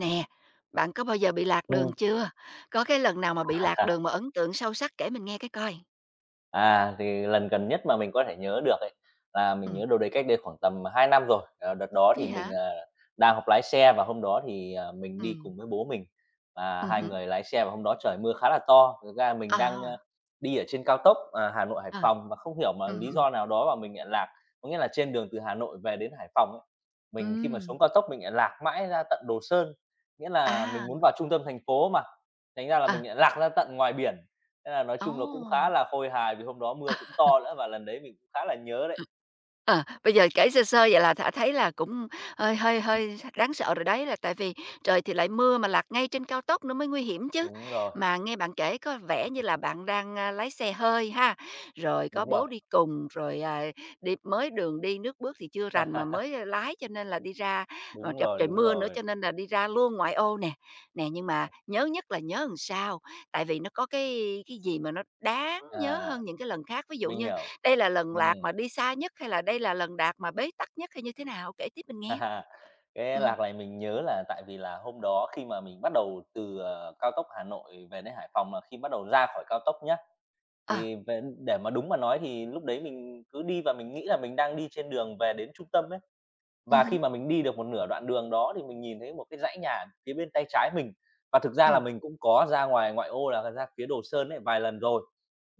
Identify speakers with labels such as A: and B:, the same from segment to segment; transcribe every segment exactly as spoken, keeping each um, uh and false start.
A: Nè, bạn có bao giờ bị lạc đường
B: Ừm.
A: chưa? Có cái lần nào mà bị lạc đường mà ấn tượng sâu sắc kể mình nghe cái coi?
B: À, thì lần gần nhất mà mình có thể nhớ được ấy, là mình
A: Ừm,
B: nhớ đâu đấy cách đây khoảng tầm hai năm rồi. Ờ, đợt đó
A: vậy
B: thì
A: hả?
B: mình, à, đang học lái xe và hôm đó thì, à, mình đi
A: Ừm,
B: cùng với bố mình, và
A: ừm
B: hai
A: hứm.
B: người lái xe và hôm đó trời mưa khá là to. Thực ra mình đang, a,
A: À,
B: đi ở trên cao tốc, à, Hà Nội Hải
A: à,
B: Phòng và không hiểu mà
A: ừm,
B: lý
A: ừm,
B: do nào đó mà mình lại lạc. Có nghĩa là trên đường từ Hà Nội về đến Hải Phòng ấy, mình khi mà
A: ừm.
B: xuống cao tốc mình lại lạc mãi ra tận Đồ Sơn, nghĩa là
A: À,
B: mình muốn vào trung tâm thành phố mà, thành ra là mình
A: à,
B: lại lạc ra tận ngoài biển. Thế là nói chung là cũng khá
A: ồ!
B: là khôi hài vì hôm đó mưa cũng to nữa và lần đấy mình cũng khá là nhớ đấy.
A: Ừm. Ờ, bây giờ kể sơ sơ vậy là th thấy là cũng hơi hơi hơi đáng sợ rồi đấy, là tại vì trời thì lại mưa mà lạc ngay trên cao tốc nữa mới nguy hiểm chứ.
B: Đúng rồi,
A: Mà nghe bạn kể có vẻ như là bạn đang, a, lái xe hơi ha, rồi có
B: đúng
A: bố
B: rồi.
A: đi cùng, rồi, à, đi mới đường đi nước bước thì chưa rành mà mới à, lái cho nên là đi ra mà
B: Đúng
A: gặp
B: rồi,
A: trời
B: đúng
A: mưa nữa
B: rồi.
A: cho nên là đi ra luôn ngoại ô nè. Nè, nhưng mà nhớ nhất là nhớ làm sao? Tại vì nó có cái cái gì mà nó đáng nhớ
B: À,
A: hơn những cái lần khác, ví dụ
B: mình
A: như
B: hiểu.
A: đây là lần
B: Ừm.
A: lạc mà đi xa nhất hay là đây là lần đạt mà bế tắc nhất hay như thế nào? Kể tiếp mình nghe.
B: Cái
A: Ừm,
B: lạc này mình nhớ là tại vì là hôm đó khi mà mình bắt đầu từ, ờ, cao tốc Hà Nội về đến Hải Phòng mà khi bắt đầu ra khỏi cao tốc nhá,
A: ờ,
B: thì về để mà đúng mà nói thì lúc đấy mình cứ đi và mình nghĩ là mình đang đi trên đường về đến trung tâm ấy.
A: ừ
B: Và
A: hứm,
B: khi mà mình đi được một nửa đoạn đường đó thì mình nhìn thấy một cái dãy nhà phía bên tay trái mình, và thực ra là
A: ừm,
B: mình cũng có ra ngoài ngoại ô là ra phía Đồ Sơn ấy vài lần rồi,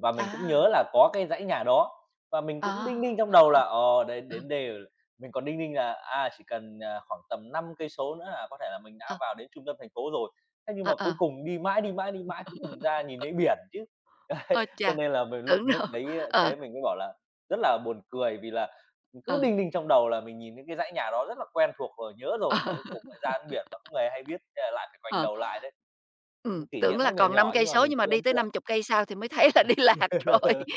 B: và mình cũng
A: à,
B: nhớ là có cái dãy nhà đó. Và mình cũng
A: ờ,
B: đinh ninh trong đầu là, ờ, đấy,
A: ờ,
B: đến đều mình còn đinh ninh là, à, chỉ cần, à, khoảng tầm năm cây số nữa là có thể là mình đã
A: ờ,
B: vào đến trung tâm thành phố rồi. Thế nhưng
A: ờ,
B: mà cuối
A: ờ,
B: cùng đi mãi, đi mãi, đi mãi, cuối cùng ra nhìn thấy biển chứ.
A: ôi
B: Đấy, cho
A: chà,
B: nên là mình
A: tưởng
B: lúc
A: đâu
B: đấy
A: ờ,
B: thế mình mới bảo là rất là buồn cười vì là mình cứ
A: ờ,
B: đinh đinh trong đầu là mình nhìn những cái dãy nhà đó rất là quen thuộc rồi, nhớ
A: ờ,
B: rồi, mà cuối cùng lại ra ăn biển mà không hề hay biết, thế là lại phải ngoảnh
A: ờ.
B: đầu lại đấy. Những
A: Ừm,
B: kỷ
A: tưởng
B: niệm nó
A: là
B: nhỏ
A: còn năm
B: nhỏ
A: cây
B: nhưng mà
A: số
B: mình
A: nhưng mà
B: thấy
A: đi
B: ấn
A: tới
B: tượng.
A: năm chục cây sau thì mới thấy là đi lạc rồi.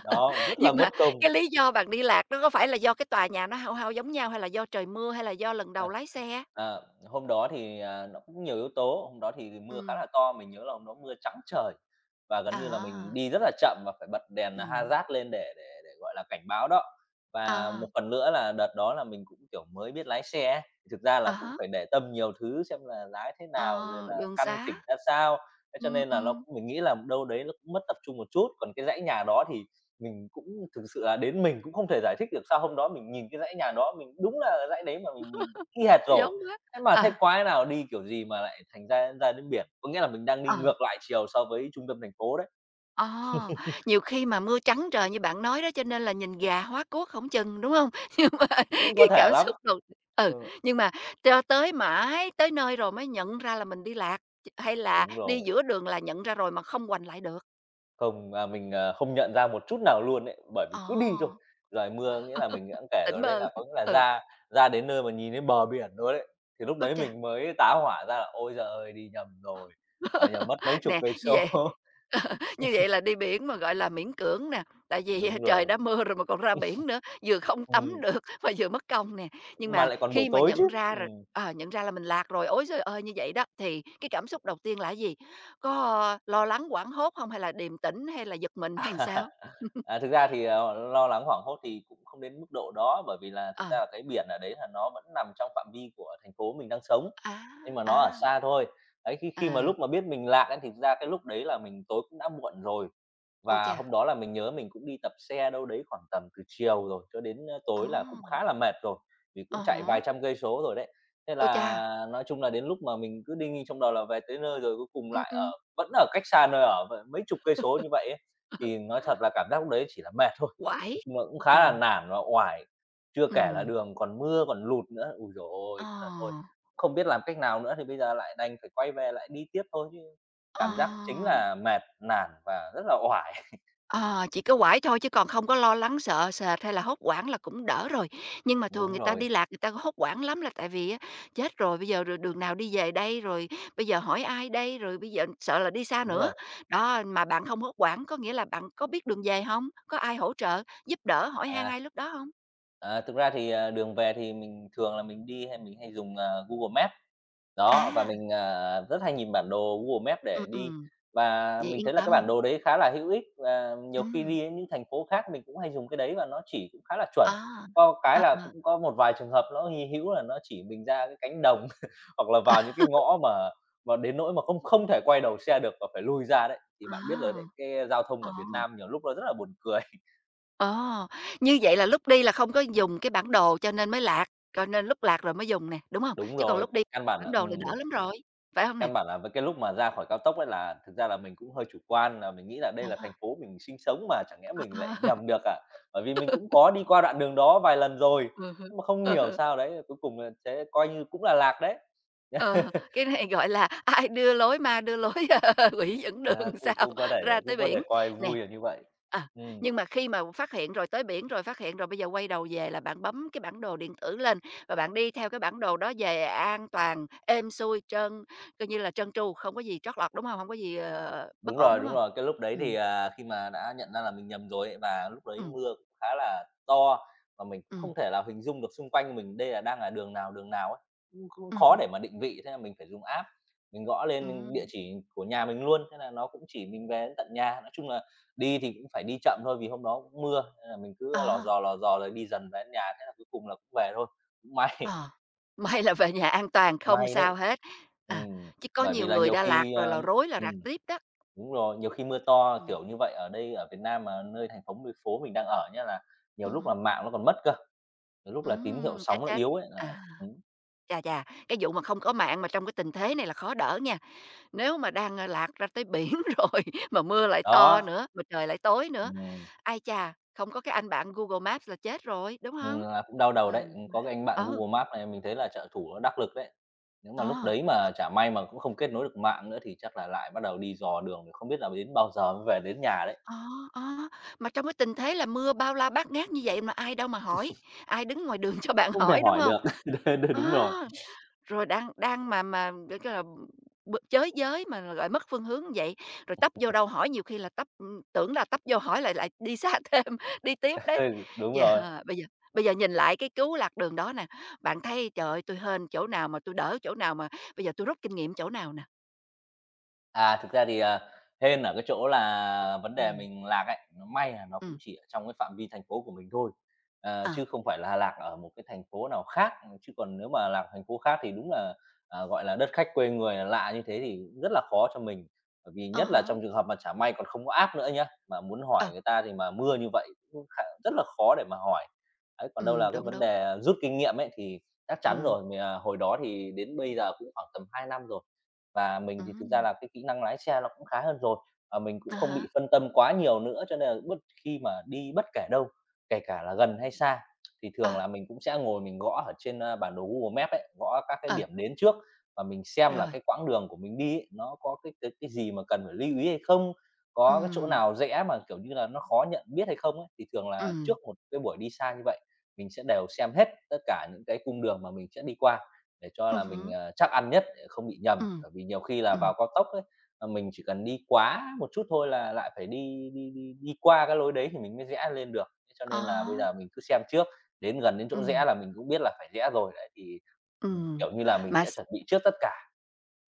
B: Đó, rất là
A: Nhưng
B: mất
A: mà
B: công.
A: cái lý do bạn đi lạc nó có phải là do cái tòa nhà nó hao hao giống nhau hay là do trời mưa hay là do lần đầu lái xe?
B: Ờ, Hôm đó thì, à, nó cũng nhiều yếu tố, hôm đó thì mưa khá
A: Ừm,
B: là to, mình nhớ là hôm đó mưa trắng trời và gần như là mình
A: à,
B: đi rất là chậm và phải bật đèn
A: ừm,
B: hazard lên để để để, gọi là, cảnh báo đó. Và
A: à.
B: một phần nữa là đợt đó là mình cũng, kiểu, mới biết lái xe ấy, thực ra
A: À
B: là cũng
A: há,
B: phải để tâm nhiều thứ xem là lái thế nào, rồi
A: ờ,
B: là
A: đường
B: căn
A: xá
B: chỉnh ra sao, thế cho
A: ừm,
B: nên là nó
A: ừm,
B: cũng mình nghĩ là đâu đấy nó cũng mất tập trung một chút. Còn cái dãy nhà đó thì mình cũng thực sự là đến mình cũng không thể giải thích được sao hôm đó mình nhìn cái dãy nhà đó, mình đúng là dãy đấy mà mình nhìn y hệt rồi.
A: giống quá.
B: Thế mà thế
A: À,
B: quái nào đi kiểu gì mà lại thành ra ra đến biển? Có nghĩa là mình đang đi
A: ờ,
B: ngược lại chiều so với trung tâm thành phố đấy,
A: ờ, nhiều khi mà mưa trắng trời như bạn nói đó, cho nên là nhìn gà hóa cuốc hổng chừng, đúng hông? Nhưng mà
B: cũng
A: cái
B: có thể
A: cảm
B: lắm.
A: xúc đầu ừ,
B: Ừ.
A: nhưng mà cho tới mãi tới nơi rồi mới nhận ra là mình đi lạc, ch hay là
B: Đúng
A: đi
B: rồi,
A: giữa đường là nhận ra rồi mà không ngoảnh lại được?
B: không, à, mình, ờ, không nhận ra một chút nào luôn ấy, bởi vì cứ đi thôi.
A: Ồ,
B: Trời mưa nghĩa là mình đã kể
A: tỉnh
B: rồi đấy,
A: bơ,
B: là có nghĩa là
A: ừ,
B: ra ra đến nơi mà nhìn đến bờ biển rồi đấy, thì lúc
A: ôi
B: đấy
A: chà!
B: mình mới tá hỏa ra là "Ôi giời ơi, đi nhầm rồi, à, nhầm mất mấy chục
A: Nè,
B: cây
A: như
B: số."
A: vậy như vậy là đi biển mà, gọi là, miễn cưỡng nè, tại vì
B: Đúng
A: trời
B: rồi,
A: đã mưa rồi mà còn ra biển nữa, vừa không tắm
B: ừm,
A: được mà vừa mất công nè. Nhưng
B: mà
A: mà
B: lại còn buổi
A: khi mà
B: tối
A: nhận
B: chứ.
A: ra rồi
B: Ừm.
A: ờ, nhận ra là mình lạc rồi, ối trời ơi, như vậy đó, thì cái cảm xúc đầu tiên là cái gì? Có, ơ, lo lắng, hoảng hốt không hay là điềm tĩnh hay là giật mình hay sao?
B: À, thực ra thì, ờ, lo lắng hoảng hốt thì cũng không đến mức độ đó, bởi vì là thực
A: Ờ,
B: ra là cái biển ở đấy là nó vẫn nằm trong phạm vi của thành phố mình đang sống,
A: á,
B: nhưng mà nó
A: á,
B: ở xa thôi. Đấy, khi khi mà
A: à,
B: lúc mà biết mình lạc ấy, thì thực ra cái lúc đấy là mình tối cũng đã muộn rồi.
A: ôi
B: Và
A: chà,
B: hôm đó là mình nhớ mình cũng đi tập xe đâu đấy khoảng tầm từ chiều rồi cho đến, ơ,
A: ồ,
B: tối là cũng khá là mệt rồi, vì
A: à
B: cũng chạy vài
A: há,
B: trăm cây số rồi đấy. Thế
A: ôi chà,
B: là nói chung là đến lúc mà mình cứ đi ninh trong đầu là về tới nơi rồi, cuối cùng
A: ừm,
B: lại ở
A: ừm.
B: vẫn ở cách xa nơi ở vậy mấy chục cây số như vậy ấy, thì nói thật là cảm giác lúc đấy chỉ là mệt thôi.
A: Quải.
B: Nói chung là cũng khá là
A: Ừm,
B: nản và uể, chưa kể là
A: ừm,
B: đường còn mưa, còn lụt nữa. Ôi giời
A: ờ.
B: ôi! Thế là thôi, không biết làm cách nào nữa thì bây giờ lại đành phải quay về lại đi tiếp thôi chứ
A: Ờ,
B: cảm giác chính là mệt, nản và rất là uể.
A: ờ, chỉ có quải thôi chứ còn không có lo lắng sợ sệt hay là hốt hoảng là cũng đỡ rồi. Nhưng mà thường
B: Đúng
A: người ta
B: rồi,
A: đi lạc người ta hốt hoảng lắm là tại vì á, chết rồi bây giờ rồi đường nào đi về đây, rồi bây giờ hỏi ai đây, rồi bây giờ sợ là đi xa
B: đúng
A: nữa.
B: rồi,
A: Đó, mà bạn không hốt hoảng có nghĩa là bạn có biết đường về không? Có ai hỗ trợ, giúp đỡ, hỏi han
B: à.
A: ai lúc đó không?
B: À, thực ra thì, à, đường về thì mình thường là mình đi hay mình hay dùng, à, Google Maps, đó, và
A: À,
B: mình, à, rất hay nhìn bản đồ Google Maps
A: ừm,
B: để đi.
A: ừm,
B: Và
A: vậy
B: mình
A: yên
B: thấy là cái bản
A: tâm.
B: đồ đấy khá là hữu ích và nhiều khi
A: Ừm,
B: đi đến những thành phố khác mình cũng hay dùng cái đấy và nó chỉ cũng khá là chuẩn.
A: ờ.
B: Có cái
A: Ờ,
B: là
A: ờ.
B: cũng có một vài trường hợp nó hy hữu là nó chỉ mình ra cái cánh đồng hoặc là vào những cái ngõ mà mà đến nỗi mà không không thể quay đầu xe được và phải lui ra đấy, thì
A: Ờ,
B: bạn biết rồi đấy, cái giao thông ở Việt Nam nhiều lúc nó rất là buồn cười.
A: ờ, như vậy là lúc đi là không có dùng cái bản đồ cho nên mới lạc, cho nên lúc lạc rồi mới dùng nè, đúng hông?
B: Đúng
A: Chứ còn
B: rồi,
A: lúc đi
B: căn bản
A: bản
B: là
A: đồ thì đỡ
B: ừm,
A: lắm rồi, phải hông nè?
B: căn bản là với cái lúc mà ra khỏi cao tốc ấy là thực ra là mình cũng hơi chủ quan là mình nghĩ là đây
A: Ờ,
B: là
A: ờ,
B: thành phố mình sinh sống mà chẳng lẽ mình
A: ờ.
B: lại nhầm được à? Bởi vì mình cũng có đi qua đoạn đường đó vài lần rồi,
A: Ừ hứ,
B: nhưng mà không
A: ừ
B: hiểu
A: hứ.
B: sao đấy, cuối cùng là sẽ coi như cũng là lạc đấy.
A: Ờ, cái này, gọi là, ai đưa lối ma đưa lối, quỷ dẫn đường
B: À, cũng
A: sao
B: cũng có
A: ra
B: thể
A: tới
B: cũng có thể
A: biển.
B: coi
A: Nè,
B: vui là như vậy.
A: à,
B: Ừm.
A: nhưng mà khi mà phát hiện rồi tới biển rồi, phát hiện rồi bây giờ quay đầu về là bạn bấm cái bản đồ điện tử lên và bạn đi theo cái bản đồ đó về an toàn, êm xuôi, trơn coi như là trơn tru, không có gì trót lọt, đúng không? Không có gì, ờ, bất
B: Đúng
A: ổn,
B: rồi,
A: đúng
B: đúng
A: không?
B: rồi, cái lúc đấy thì,
A: Ừm,
B: à, khi mà đã nhận ra là mình nhầm rồi ấy, và lúc đấy
A: ừm,
B: mưa cũng khá là to và mình cũng
A: ừm,
B: không thể là hình dung được xung quanh mình đây là đang là đường nào, đường nào ấy, cũng cũng
A: ừm
B: khó
A: hứm,
B: để mà định vị, thế là mình phải dùng app, mình gõ lên địa
A: ừm.
B: chỉ của nhà mình luôn, thế là nó cũng chỉ mình về đến tận nhà. Nói chung là đi thì cũng phải đi chậm thôi vì hôm đó cũng mưa, nên là mình cứ lò
A: Ờ,
B: dò, lò dò rồi đi dần về đến nhà, thế là cuối cùng là cũng về thôi, cũng may
A: ờ, may là về nhà an toàn, không
B: May đấy.
A: sao hết. À,
B: Ừm,
A: chứ có
B: bởi vì
A: nhiều
B: là
A: người
B: nhiều
A: Đà Lạt
B: khi,
A: rồi
B: ơ
A: là rối là rạc
B: ừm,
A: tiếp đó.
B: đúng rồi, nhiều khi mưa to,
A: Ừm,
B: kiểu như vậy, ở đây ở Việt Nam mà nơi thành phố mình phố mình đang ở nhá, là nhiều
A: ừm
B: lúc là
A: hứm.
B: mạng nó còn mất cơ, nhiều lúc là tín hiệu
A: Ừm,
B: sóng
A: chết,
B: nó
A: chết.
B: yếu ấy là
A: À,
B: ừm,
A: chà, chà, cái vụ mà không có mạng mà trong cái tình thế này là khó đỡ nha. Nếu mà đang, ơ, lạc ra tới biển rồi mà mưa lại to
B: đó,
A: nữa, mà trời lại tối nữa,
B: ừm,
A: ai chà, không có cái anh bạn Google Maps là chết rồi, đúng
B: ừm,
A: không?
B: là cũng đau đầu đấy.
A: Hên
B: Ừm,
A: quá.
B: có cái anh bạn
A: Ừ,
B: Google Maps này mình thấy là trợ thủ nó đắc lực đấy. Nếu mà lúc
A: ờ,
B: đấy mà chả may mà cũng không kết nối được mạng nữa thì chắc là lại bắt đầu đi dò đường, không biết là đến bao giờ mới về đến nhà đấy,
A: ờ, ờ, mà trong cái tình thế là mưa bao la bát ngát như vậy mà ai đâu mà hỏi, ai đứng ngoài đường cho bạn
B: không thể
A: hỏi, đúng
B: hỏi
A: không?
B: được. Đ đ
A: Ờ.
B: đúng rồi,
A: Rồi đang đang mà mà, gọi như là, b chới giới mà là gọi mất phương hướng như vậy, rồi tấp vô đâu hỏi nhiều khi là tấp tưởng là tấp vô hỏi lại lại đi xa thêm, đi tiếp đấy.
B: ừ, đúng
A: Vậy
B: rồi.
A: bây giờ bây giờ nhìn lại cái cứu lạc đường đó nè, bạn thấy, trời ơi, tui hên chỗ nào mà tôi đỡ chỗ nào mà bây giờ tôi rút kinh nghiệm chỗ nào nè?
B: À, thực ra thì, à, hên ở cái chỗ là vấn đề
A: Ừ,
B: mình lạc ấy, nó may là nó cũng
A: ừ,
B: chỉ ở trong cái phạm vi thành phố của mình thôi, ờ,
A: ờ,
B: chứ không phải là lạc ở một cái thành phố nào khác, chứ còn nếu mà lạc thành phố khác thì đúng là, à, gọi là, đất khách quê người là lạ như thế thì rất là khó cho mình. Bởi vì
A: à
B: nhất là
A: há,
B: trong trường hợp mà chả may còn không có app nữa nhá, mà muốn hỏi
A: ờ,
B: người ta thì mà mưa như vậy cũng khá rất là khó để mà hỏi. Đấy, còn đâu
A: ừm,
B: là cái
A: đúng,
B: vấn
A: đúng,
B: đề rút kinh nghiệm ấy thì chắc chắn
A: ừ,
B: rồi, mình, à, hồi đó thì đến bây giờ cũng khoảng tầm hai năm rồi, và mình thì thực ra
A: ừm,
B: là cái kỹ năng lái xe nó cũng khá hơn rồi, và mình
A: à
B: cũng không
A: há,
B: bị phân tâm quá nhiều nữa, cho nên là bất khi mà đi bất kể đâu, kể cả là gần hay xa, thì
A: ờ,
B: thường là mình cũng sẽ ngồi mình gõ ở trên, a, bản đồ Google Maps ấy, gõ các cái
A: ờ,
B: điểm đến trước và mình xem là
A: rồi,
B: cái quãng đường của mình đi ấy, nó có cái cái cái gì mà cần phải lưu ý hay không?
A: ừ,
B: Có cái chỗ nào rẽ mà, kiểu như là, nó khó nhận biết hay không ấy? Thì thường
A: ừ,
B: là trước một cái buổi đi xa như vậy, mình sẽ đều xem hết tất cả những cái cung đường mà mình sẽ đi qua để cho
A: ừ
B: là mình,
A: hứm,
B: ờ, trắc ăn nhất để không bị nhầm.
A: ừ,
B: Bởi vì nhiều khi là
A: ừ,
B: vào cao tốc ấy, ờ, mình chỉ cần đi quá một chút thôi là lại phải đi đi đi đi qua cái lối đấy thì mình mới rẽ lên được. Thế cho
A: ờ,
B: nên là bây giờ mình cứ xem trước, đến gần đến chỗ
A: ừ.
B: rẽ là mình cũng biết là phải rẽ rồi đấy, thì, ừm,
A: Ừm,
B: kiểu như là, mình
A: mà
B: sẽ
A: s
B: chuẩn bị trước tất cả.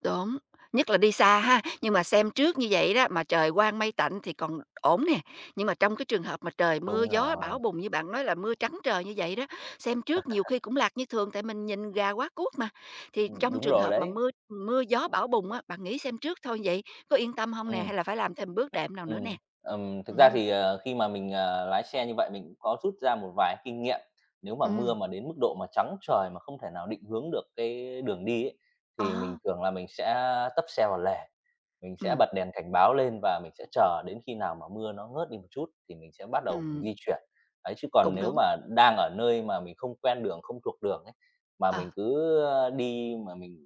A: đúng, nhất là đi xa ha, nhưng mà xem trước như vậy đó, mà trời quang mây tạnh thì còn ổn nè, nhưng mà trong cái trường hợp mà trời mưa
B: Đúng
A: gió
B: rồi,
A: bão bùng như bạn nói là mưa trắng trời như vậy đó, xem trước nhiều khi cũng lạc như thường tại mình nhìn gà quá cuốc mà. Thì
B: ừm,
A: trong
B: đúng
A: trường
B: rồi
A: hợp mà
B: đấy.
A: mưa mưa gió bão bùng á, bạn nghĩ xem trước thôi vậy có yên tâm hông nè, hay
B: Ừm.
A: là phải làm thêm bước đệm nào nữa nè?
B: Ừm, ừm, thực ra
A: Ừm,
B: thì, ờ, khi mà mình, ờ, lái xe như vậy mình cũng có rút ra một vài kinh nghiệm. Nếu mà mưa
A: ừm,
B: mà đến mức độ mà trắng trời mà không thể nào định hướng được cái đường đi ấy,
A: ờ,
B: thì mình thường là mình sẽ tấp xe vào lề. Mình sẽ
A: ừm,
B: bật đèn cảnh báo lên và mình sẽ chờ đến khi nào mà mưa nó ngớt đi một chút thì mình sẽ bắt đầu mình
A: ừm,
B: di chuyển. Đấy, chứ còn
A: cũng
B: nếu
A: đúng,
B: mà đang ở nơi mà mình không quen đường, không thuộc đường ấy, mà
A: ờ,
B: mình cứ, ơ, đi mà mình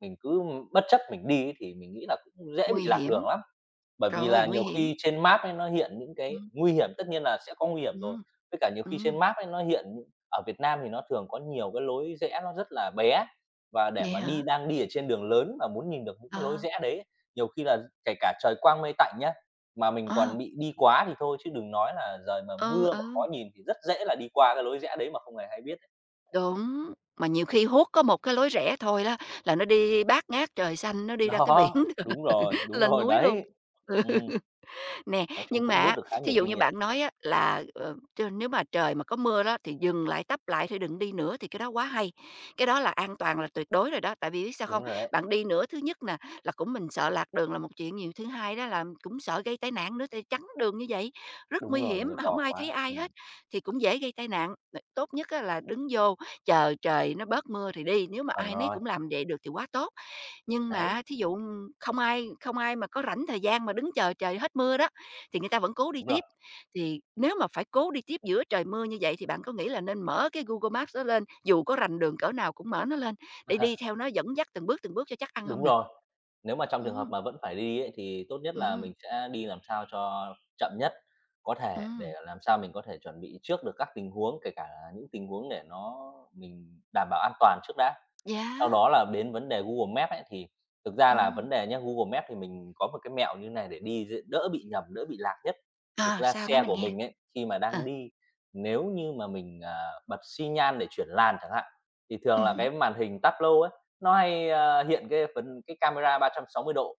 B: mình cứ bất chấp mình đi ấy thì mình nghĩ là cũng dễ
A: nguy
B: bị lạc đường
A: hiểm,
B: lắm. Bởi vì
A: rồi,
B: là
A: nguy
B: nhiều
A: hiểm,
B: khi trên map ấy nó hiện những cái
A: ừm,
B: nguy hiểm, tất nhiên là sẽ có nguy hiểm rồi,
A: ừm,
B: với cả nhiều khi trên
A: ừm,
B: map ấy nó hiện những- ở Việt Nam thì nó thường có nhiều cái lối rẽ nó rất là bé, và để
A: vậy
B: mà
A: hả?
B: đi đang đi ở trên đường lớn mà muốn nhìn được những cái lối
A: Ờ,
B: rẽ đấy nhiều khi là kể cả trời quang mây tạnh nhé mà mình
A: ờ,
B: còn bị đi quá thì thôi, chứ đừng nói là giời mà
A: ừ,
B: mưa mà khó
A: ừ,
B: nhìn thì rất dễ là đi qua cái lối rẽ đấy mà không hề hay biết đấy.
A: đúng. Mà nhiều khi huốt có một cái lối rẽ thôi đó là nó đi bát ngát trời xanh, nó đi ra tới biển,
B: Đó, đúng rồi, đúng
A: lên
B: rồi,
A: núi luôn.
B: đấy.
A: Ừ.
B: Ừm,
A: Nè,
B: nói chung
A: nhưng mà
B: cũng rút
A: á,
B: được khá
A: thí
B: nhiều
A: dụ
B: kinh
A: như
B: nghiệm.
A: bạn nói á là, ờ, t nếu mà trời mà có mưa đó thì dừng lại, tấp lại thôi đừng đi nữa thì cái đó quá hay, cái đó là an toàn là tuyệt đối rồi đó. Tại vì biết sao không?
B: Đúng rồi đấy,
A: Bạn đi nữa, thứ nhất nè là cũng mình sợ lạc đường là một chuyện nhiều, thứ hai đó là cũng sợ gây tai nạn nữa, tại chắn đường như vậy rất
B: đúng
A: nguy
B: rồi,
A: hiểm,
B: mưa
A: không
B: to
A: ai
B: quá,
A: thấy ai
B: ừm,
A: hết thì cũng dễ gây tai nạn. Ờ, tốt nhất á là đứng vô chờ trời nó bớt mưa thì đi, nếu mà
B: chuẩn
A: ai nấy
B: rồi,
A: cũng làm vậy được thì quá tốt. Nhưng
B: đấy,
A: mà thí dụ không ai không ai mà có rảnh thời gian mà đứng chờ trời hết mưa đó, thì người ta vẫn cố đi
B: đúng rồi.
A: tiếp. Thì nếu mà phải cố đi tiếp giữa trời mưa như vậy thì bạn có nghĩ là nên mở cái Google Maps đó lên, dù có rành đường cỡ nào cũng mở nó lên để đi theo nó dẫn dắt từng bước, từng bước cho chắc ăn không
B: Đúng
A: nè?
B: rồi. Nếu mà trong trường hợp
A: Ừm,
B: mà vẫn phải đi ấy, thì tốt nhất là
A: ừm,
B: mình sẽ đi làm sao cho chậm nhất có thể để
A: ừm,
B: làm sao mình có thể chuẩn bị trước được các tình huống, kể cả là những tình huống để nó mình đảm bảo an toàn trước đã. Sau
A: yeah,
B: đó là đến vấn đề Google Maps ấy, thì thực ra là
A: ừm.
B: vấn đề nhé Google Maps thì mình có một cái mẹo như này để đi dễ đỡ bị nhầm, đỡ bị lạc nhất. Thực
A: Ờ,
B: ra
A: sao? Nói
B: xe
A: mình
B: của
A: nghe.
B: mình ấy, khi mà
A: Ờ,
B: đang đi, nếu như mà mình, à, bật xi nhan để chuyển làn chẳng hạn, thì thường
A: ừm
B: là
A: hứm,
B: cái màn hình Tableau ấy, nó hay, a, hiện cái phần cái camera ba trăm sáu mươi độ.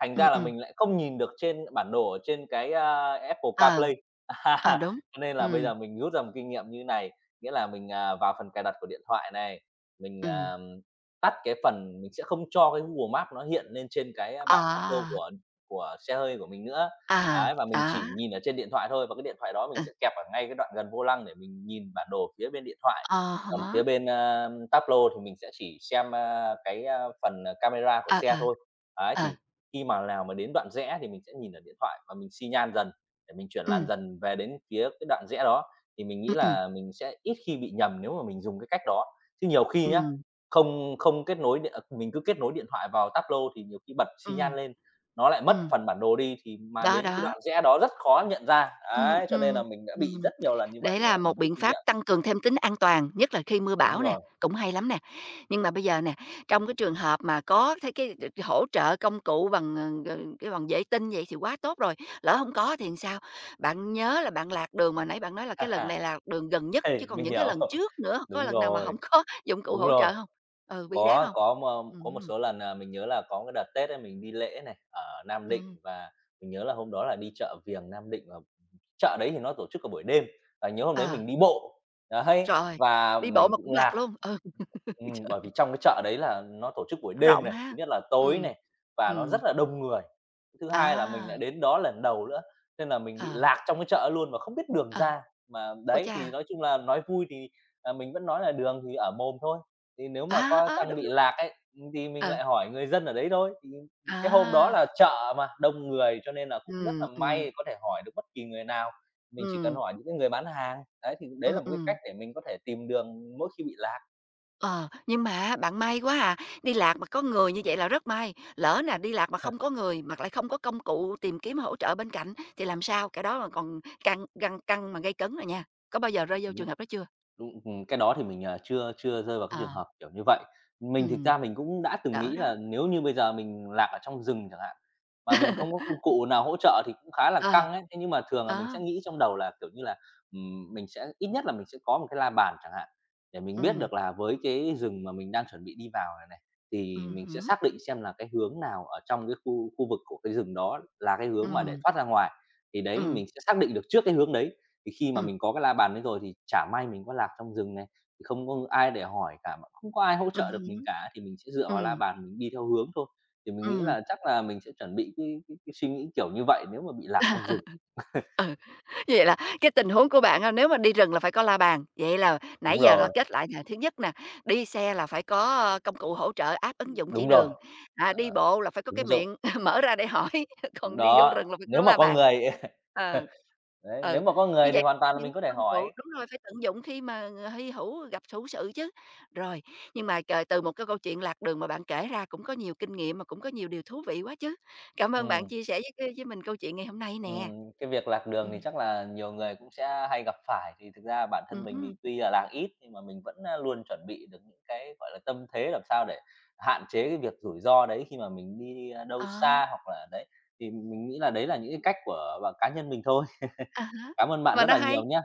B: Thành
A: ừm,
B: ra là
A: ừm,
B: mình lại không nhìn được trên bản đồ ở trên cái, a, Apple
A: ờ.
B: CarPlay.
A: Ờ,
B: À,
A: đúng,
B: cho nên là bây
A: ừ,
B: giờ mình rút ra một kinh nghiệm như này, nghĩa là mình, à, vào phần cài đặt của điện thoại này, mình,
A: ừm,
B: ờm, tắt cái phần mình sẽ không cho cái Google Maps nó hiện lên trên cái
A: ờ,
B: bảng cát lô của của xe hơi của mình nữa.
A: à,
B: Ấy, và mình
A: đó,
B: chỉ nhìn ở trên điện thoại thôi, và cái điện thoại đó mình
A: ừ,
B: sẽ kẹp ở ngay cái đoạn gần vô lăng để mình nhìn bản đồ phía bên điện thoại.
A: à
B: Còn
A: há,
B: phía bên, a, táp lô thì mình sẽ chỉ xem, a, cái, a, phần ờ, camera của
A: ờ,
B: xe
A: ờ,
B: thôi. Ấy,
A: ờ.
B: thì khi mà nào mà đến đoạn rẽ thì mình sẽ nhìn ở điện thoại và mình xi nhan dần để mình chuyển làn
A: Ừm,
B: dần về đến phía cái đoạn rẽ đó, thì mình nghĩ
A: ừm, ừm,
B: là mình sẽ ít khi bị nhầm nếu mà mình dùng cái cách đó. Chứ nhiều khi nhá,
A: ừm,
B: không không kết nối điện à, mình cứ kết nối điện thoại vào Tableau thì nhiều khi bật xi
A: ừm,
B: nhan lên, nó lại mất
A: ừm,
B: phần bản đồ đi thì mà
A: đó,
B: đến cái
A: đó,
B: đoạn rẽ đó rất khó nhận ra.
A: ừm,
B: Đấy, cho nên
A: ừm,
B: là mình đã bị
A: ừm,
B: rất nhiều lần như vậy
A: đấy là
B: rồi,
A: một
B: mình rút
A: biện
B: kinh
A: pháp
B: nghiệm.
A: tăng cường thêm tính an toàn, nhất là khi mưa
B: Đúng
A: bão nè,
B: rồi.
A: cũng hay lắm nè. Nhưng mà bây giờ nè, trong cái trường hợp mà có thấy cái đ hỗ trợ công cụ bằng, ờ, ờ, cái bằng vệ tinh vậy thì quá tốt rồi, lỡ hông có thì sao? Bạn nhớ là bạn lạc đường mà nãy bạn nói là
B: Ha
A: cái lần
B: ha.
A: này là đường gần nhất, chứ
B: Ê,
A: còn
B: mình
A: những cái
B: hiểu.
A: lần trước nữa, có
B: Đúng
A: lần nào mà hổng
B: rồi,
A: có dụng cụ
B: đúng
A: hỗ
B: rồi.
A: trợ hông? Ừ, bị đát
B: Có,
A: hông?
B: có m có một
A: Ừm,
B: số lần, à, mình nhớ là có cái đợt Tết ấy mình đi lễ này, ở Nam Định
A: ừm,
B: và mình nhớ là hôm đó là đi chợ Viềng Nam Định, và chợ đấy thì nó tổ chức cả buổi đêm, và nhớ hôm đấy
A: ờ.
B: mình đi bộ, đấy,
A: Trời,
B: và
A: đi bộ
B: mình
A: mà cũng
B: cũng
A: lạc
B: lạc.
A: luôn, ừ,
B: Ừm,
A: trời,
B: bởi vì trong cái chợ đấy là nó tổ chức buổi đêm
A: rộng
B: này, thứ
A: ha.
B: nhất là tối
A: Ừm,
B: này, và nó
A: ừm,
B: rất là đông người. Thứ hai là mình
A: à,
B: đã đến đó lần đầu nữa, nên là mình bị
A: ờ,
B: lạc trong cái chợ luôn mà không biết đường
A: ờ,
B: ra. Mà
A: ôi
B: đấy, thì
A: cha,
B: nói chung là nói vui thì, à, mình vẫn nói là đường thì ở mồm thôi. Thì nếu mà
A: à,
B: có
A: á,
B: trang
A: đúng,
B: bị
A: đúng,
B: lạc ấy, thì mình
A: ờ,
B: lại hỏi người dân ở đấy thôi. Thì cái hôm đó
A: à,
B: là chợ mà, đông người cho nên là cũng rất
A: ừm,
B: là
A: ừm,
B: may có thể hỏi được bất kỳ người nào. Mình chỉ cần
A: ừm,
B: hỏi những cái người bán hàng, đấy, thì đấy
A: ừm,
B: là một cái cách
A: ừm.
B: để mình có thể tìm đường mỗi khi bị lạc.
A: Ờ, nhưng mà bạn may quá à, đi lạc mà có người như vậy là rất may, lỡ nè đi lạc mà không có người, mà lại không có công cụ tìm kiếm hỗ trợ bên cạnh thì làm sao? Cái đó mà còn căng căng căng mà gây cấn rồi nha, có bao giờ rơi vô trường
B: Đúng.
A: hợp đó chưa?
B: Đúng, ừm, cái đó thì mình, à, chưa chưa rơi vào cái trường
A: Ờ,
B: hợp kiểu như vậy. Mình thực
A: ừm,
B: ra mình cũng đã từng
A: đỡ
B: nghĩ
A: đó,
B: là nếu như bây giờ mình lạc ở trong rừng chẳng hạn, mà mình không có công cụ nào hỗ trợ thì cũng khá là
A: ờ,
B: căng ấy. Thế nhưng mà thường là mình
A: ờ,
B: sẽ nghĩ trong đầu là, kiểu như là, ừm, mình sẽ ít nhất là mình sẽ có một cái la bàn chẳng hạn, để mình biết
A: ừm.
B: được là với cái rừng mà mình đang chuẩn bị đi vào này này, thì
A: Ừm
B: mình sẽ
A: hứm,
B: xác định xem là cái hướng nào ở trong cái khu khu vực của cái rừng đó là cái hướng mà để
A: ừm,
B: thoát ra ngoài. Thì đấy,
A: ừm,
B: mình sẽ xác định được trước cái hướng đấy thì khi mà
A: ừm,
B: mình có cái la bàn đấy rồi thì chả may mình có lạc trong rừng này, thì không có ai để hỏi cả, mà không có ai hỗ
A: ừm
B: trợ được mình
A: hứm,
B: cả, thì mình sẽ dựa vào la
A: ừm,
B: bàn mình đi theo hướng thôi. Thì mình nghĩ
A: ừm.
B: là chắc là mình sẽ chuẩn bị cái cái cái suy nghĩ kiểu như vậy nếu mà bị lạc trong rừng.
A: Ừ. Vậy là cái tình huống của bạn á, nếu mà đi rừng là phải có la bàn, vậy là
B: Đúng
A: nãy giờ là
B: rồi,
A: kết lại nè, thứ nhất nè, đi xe là phải có, ơ, công cụ hỗ trợ app, ứng dụng chỉ
B: đúng
A: đường,
B: rồi.
A: à, đi
B: Ờ,
A: bộ là phải có cái
B: đúng rồi.
A: miệng mở ra để hỏi, còn đi vô
B: Đó,
A: rừng là phải có
B: nếu mà
A: la
B: có
A: bàn.
B: người
A: Ờ.
B: đấy,
A: Ừ,
B: nếu mà có
A: như
B: người thì
A: vậy
B: hoàn toàn là
A: những
B: mình có
A: cái
B: thể
A: công cụ
B: hỏi.
A: đúng rồi, phải tận dụng khi mà, ờ, hy hữu gặp hữu sự chứ. Rồi, nhưng mà c từ một cái câu chuyện lạc đường mà bạn kể ra cũng có nhiều kinh nghiệm mà cũng có nhiều điều thú vị quá chứ. Cảm ơn bạn
B: Ừm.
A: chia sẻ với với mình câu chuyện ngày hôm nay nè.
B: Ừm, cái việc lạc đường thì
A: Ừm.
B: chắc là nhiều người cũng sẽ hay gặp phải, thì thực ra bản thân mình
A: Ừm,
B: thì tuy là lạc ít nhưng mà mình vẫn, a, luôn chuẩn bị được những cái, gọi là, tâm thế làm sao để hạn chế cái việc rủi ro đấy khi mà mình đi, a, đâu
A: ờ,
B: xa hoặc là đấy, thì mình nghĩ là đấy là những cái cách của bạn cá nhân mình thôi.
A: à há,
B: Cảm ơn bạn
A: mà
B: rất
A: nó
B: là
A: hay.
B: nhiều nhé.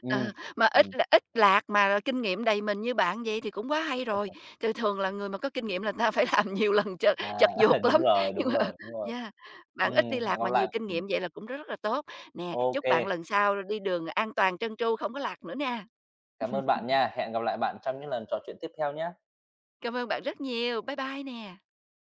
B: Ừm,
A: Ờ, mà ít
B: ừm,
A: l ít lạc mà kinh nghiệm đầy mình như bạn vậy thì cũng quá hay rồi. Thường thường là người mà có kinh nghiệm là người ta phải làm nhiều lần chật
B: à,
A: chật vật lắm,
B: đúng rồi,
A: nhưng
B: đúng
A: mà
B: rồi, đúng rồi.
A: yeah, bạn ít
B: Ừm,
A: đi
B: hẹn
A: lạc
B: gặp
A: mà nhiều
B: lại
A: kinh
B: ừm,
A: nghiệm vậy là cũng rất là tốt. Nè,
B: ô
A: chúc bạn lần sau đi đường an toàn trơn tru, không có lạc nữa nha.
B: cảm ơn bạn nha. Hẹn gặp lại bạn trong những lần trò chuyện tiếp theo nhé.
A: Cảm ơn bạn rất nhiều. Bye bye nè.